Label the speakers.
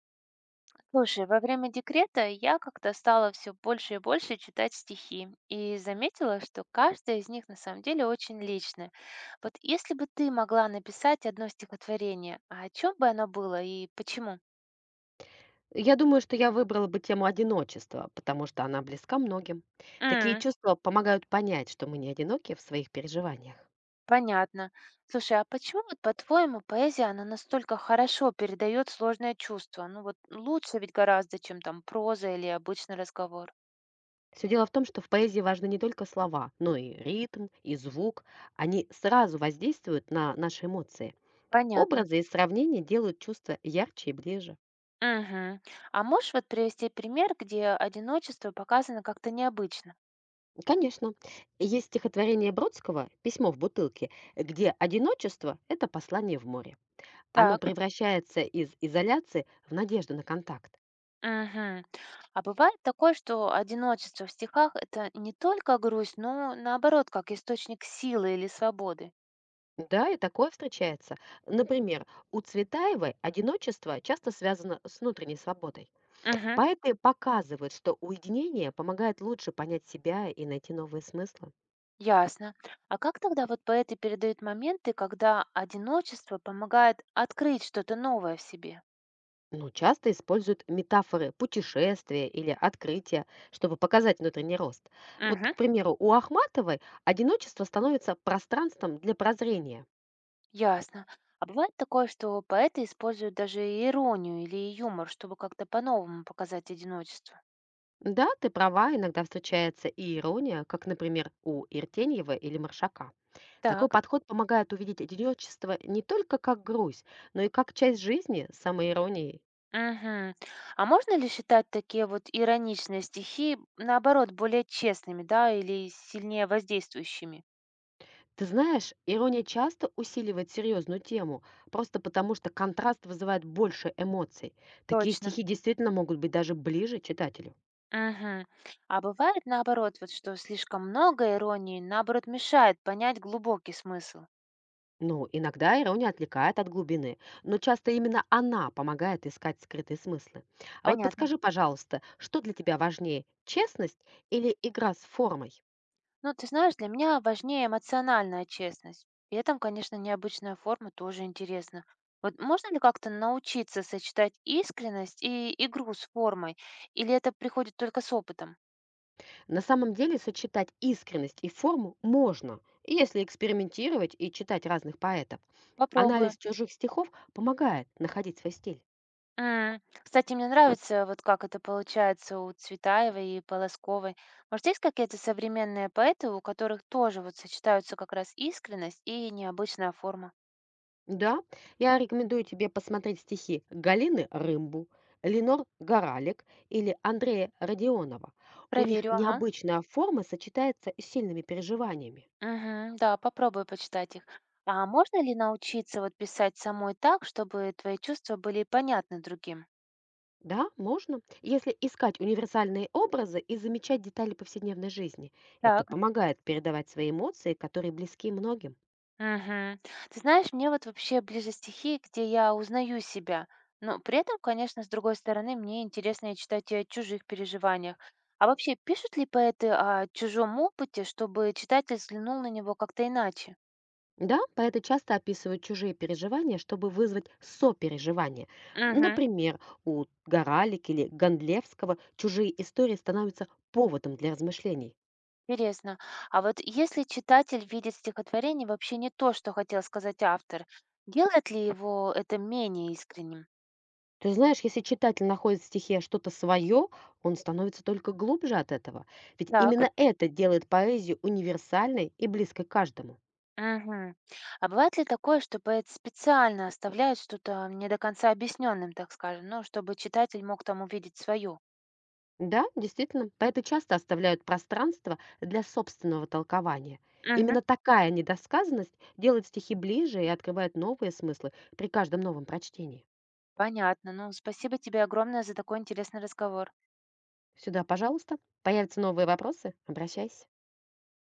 Speaker 1: Слушай, во время декрета я как-то стала все больше и больше читать стихи и заметила, что каждая из них на самом деле очень личная. Вот если бы ты могла написать одно стихотворение, а о чем бы оно было и почему?
Speaker 2: Я думаю, что я выбрала бы тему одиночества, потому что она близка многим. Такие
Speaker 1: М,
Speaker 2: чувства помогают понять, что мы не одиноки в своих переживаниях.
Speaker 1: понятно. Слушай, а почему вот по-твоему поэзия, она настолько хорошо передает сложное чувство? Ну вот лучше ведь гораздо, чем там проза или обычный разговор.
Speaker 2: Все дело в том, что в поэзии важны не только слова, но и ритм, и звук. Они сразу воздействуют на наши эмоции.
Speaker 1: Понятно.
Speaker 2: Образы и сравнения делают чувства ярче и ближе.
Speaker 1: Мгм. А можешь вот привести пример, где одиночество показано как-то необычно?
Speaker 2: Конечно, есть стихотворение Бродского «Письмо в бутылке», где одиночество– это послание в море. Оно
Speaker 1: Так.
Speaker 2: превращается из изоляции в надежду на контакт.
Speaker 1: Мгм. А бывает такое, что одиночество в стихах это не только грусть, но наоборот, как источник силы или свободы.
Speaker 2: Да, и такое встречается. Например, у Цветаевой одиночество часто связано с внутренней свободой.
Speaker 1: Мгм.
Speaker 2: Поэты показывают, что уединение помогает лучше понять себя и найти новые смыслы.
Speaker 1: Ясно. А как тогда вот поэты передают моменты, когда одиночество помогает открыть что-то новое в себе?
Speaker 2: Ну, часто используют метафоры путешествия или открытия, чтобы показать внутренний рост. Вот,
Speaker 1: Мгм.
Speaker 2: к примеру, у Ахматовой одиночество становится пространством для прозрения.
Speaker 1: Ясно. А бывает такое, что поэты используют даже иронию или юмор, чтобы как-то по-новому показать одиночество.
Speaker 2: Да, ты права, иногда встречается и ирония, как, например, у Иртеньева или Маршака. Такой
Speaker 1: Так.
Speaker 2: подход помогает увидеть одиночество не только как грусть, но и как часть жизни с самоиронией.
Speaker 1: Мгм. А можно ли считать такие вот ироничные стихи, наоборот, более честными, да, или сильнее воздействующими?
Speaker 2: Ты знаешь, ирония часто усиливает серьезную тему, просто потому что контраст вызывает больше эмоций. Такие
Speaker 1: Точно.
Speaker 2: стихи действительно могут быть даже ближе читателю.
Speaker 1: Мгм. А бывает наоборот, вот что слишком много иронии, наоборот, мешает понять глубокий смысл.
Speaker 2: Ну, иногда ирония отвлекает от глубины, но часто именно она помогает искать скрытые смыслы. А вот
Speaker 1: Понятно.
Speaker 2: подскажи, пожалуйста, что для тебя важнее, честность или игра с формой?
Speaker 1: Ну, ты знаешь, для меня важнее эмоциональная честность. При этом, конечно, необычная форма тоже интересна. Вот можно ли как-то научиться сочетать искренность и игру с формой? Или это приходит только с опытом?
Speaker 2: На самом деле сочетать искренность и форму можно, если экспериментировать и читать разных поэтов.
Speaker 1: Попробую.
Speaker 2: Анализ чужих стихов помогает находить свой стиль.
Speaker 1: М. Кстати, мне нравится, вот как это получается у Цветаевой и Полосковой. Может, есть какие-то современные поэты, у которых тоже вот сочетаются как раз искренность и необычная форма?
Speaker 2: Да, я рекомендую тебе посмотреть стихи Галины Рымбу, Ленор Горалик или Андрея Родионова. У них
Speaker 1: Проверю, ага.
Speaker 2: необычная форма сочетается с сильными переживаниями.
Speaker 1: Мгм. Да, попробую почитать их. А можно ли научиться вот писать самой так, чтобы твои чувства были понятны другим?
Speaker 2: Да, можно, если искать универсальные образы и замечать детали повседневной жизни. Это
Speaker 1: Так.
Speaker 2: помогает передавать свои эмоции, которые близки многим.
Speaker 1: Мгм. Ты знаешь, мне вот вообще ближе стихи, где я узнаю себя. Но при этом, конечно, с другой стороны, мне интересно и читать и о чужих переживаниях. А вообще, пишут ли поэты о чужом опыте, чтобы читатель взглянул на него как-то иначе?
Speaker 2: Да, поэты часто описывают чужие переживания, чтобы вызвать сопереживание.
Speaker 1: Мгм.
Speaker 2: Например, у Горалик или Гондлевского чужие истории становятся поводом для размышлений.
Speaker 1: Интересно. А вот если читатель видит стихотворение вообще не то, что хотел сказать автор, делает ли его это менее искренним?
Speaker 2: Ты знаешь, если читатель находит в стихе что-то свое, он становится только глубже от этого. Ведь
Speaker 1: Так.
Speaker 2: именно это делает поэзию универсальной и близкой каждому.
Speaker 1: Мгм. А бывает ли такое, что поэт специально оставляет что-то не до конца объясненным, так скажем, ну, чтобы читатель мог там увидеть свою?
Speaker 2: Да, действительно, поэты часто оставляют пространство для собственного толкования.
Speaker 1: Мгм.
Speaker 2: Именно такая недосказанность делает стихи ближе и открывает новые смыслы при каждом новом прочтении.
Speaker 1: Понятно. Ну, спасибо тебе огромное за такой интересный разговор.
Speaker 2: Сюда, пожалуйста, появятся новые вопросы, обращайся.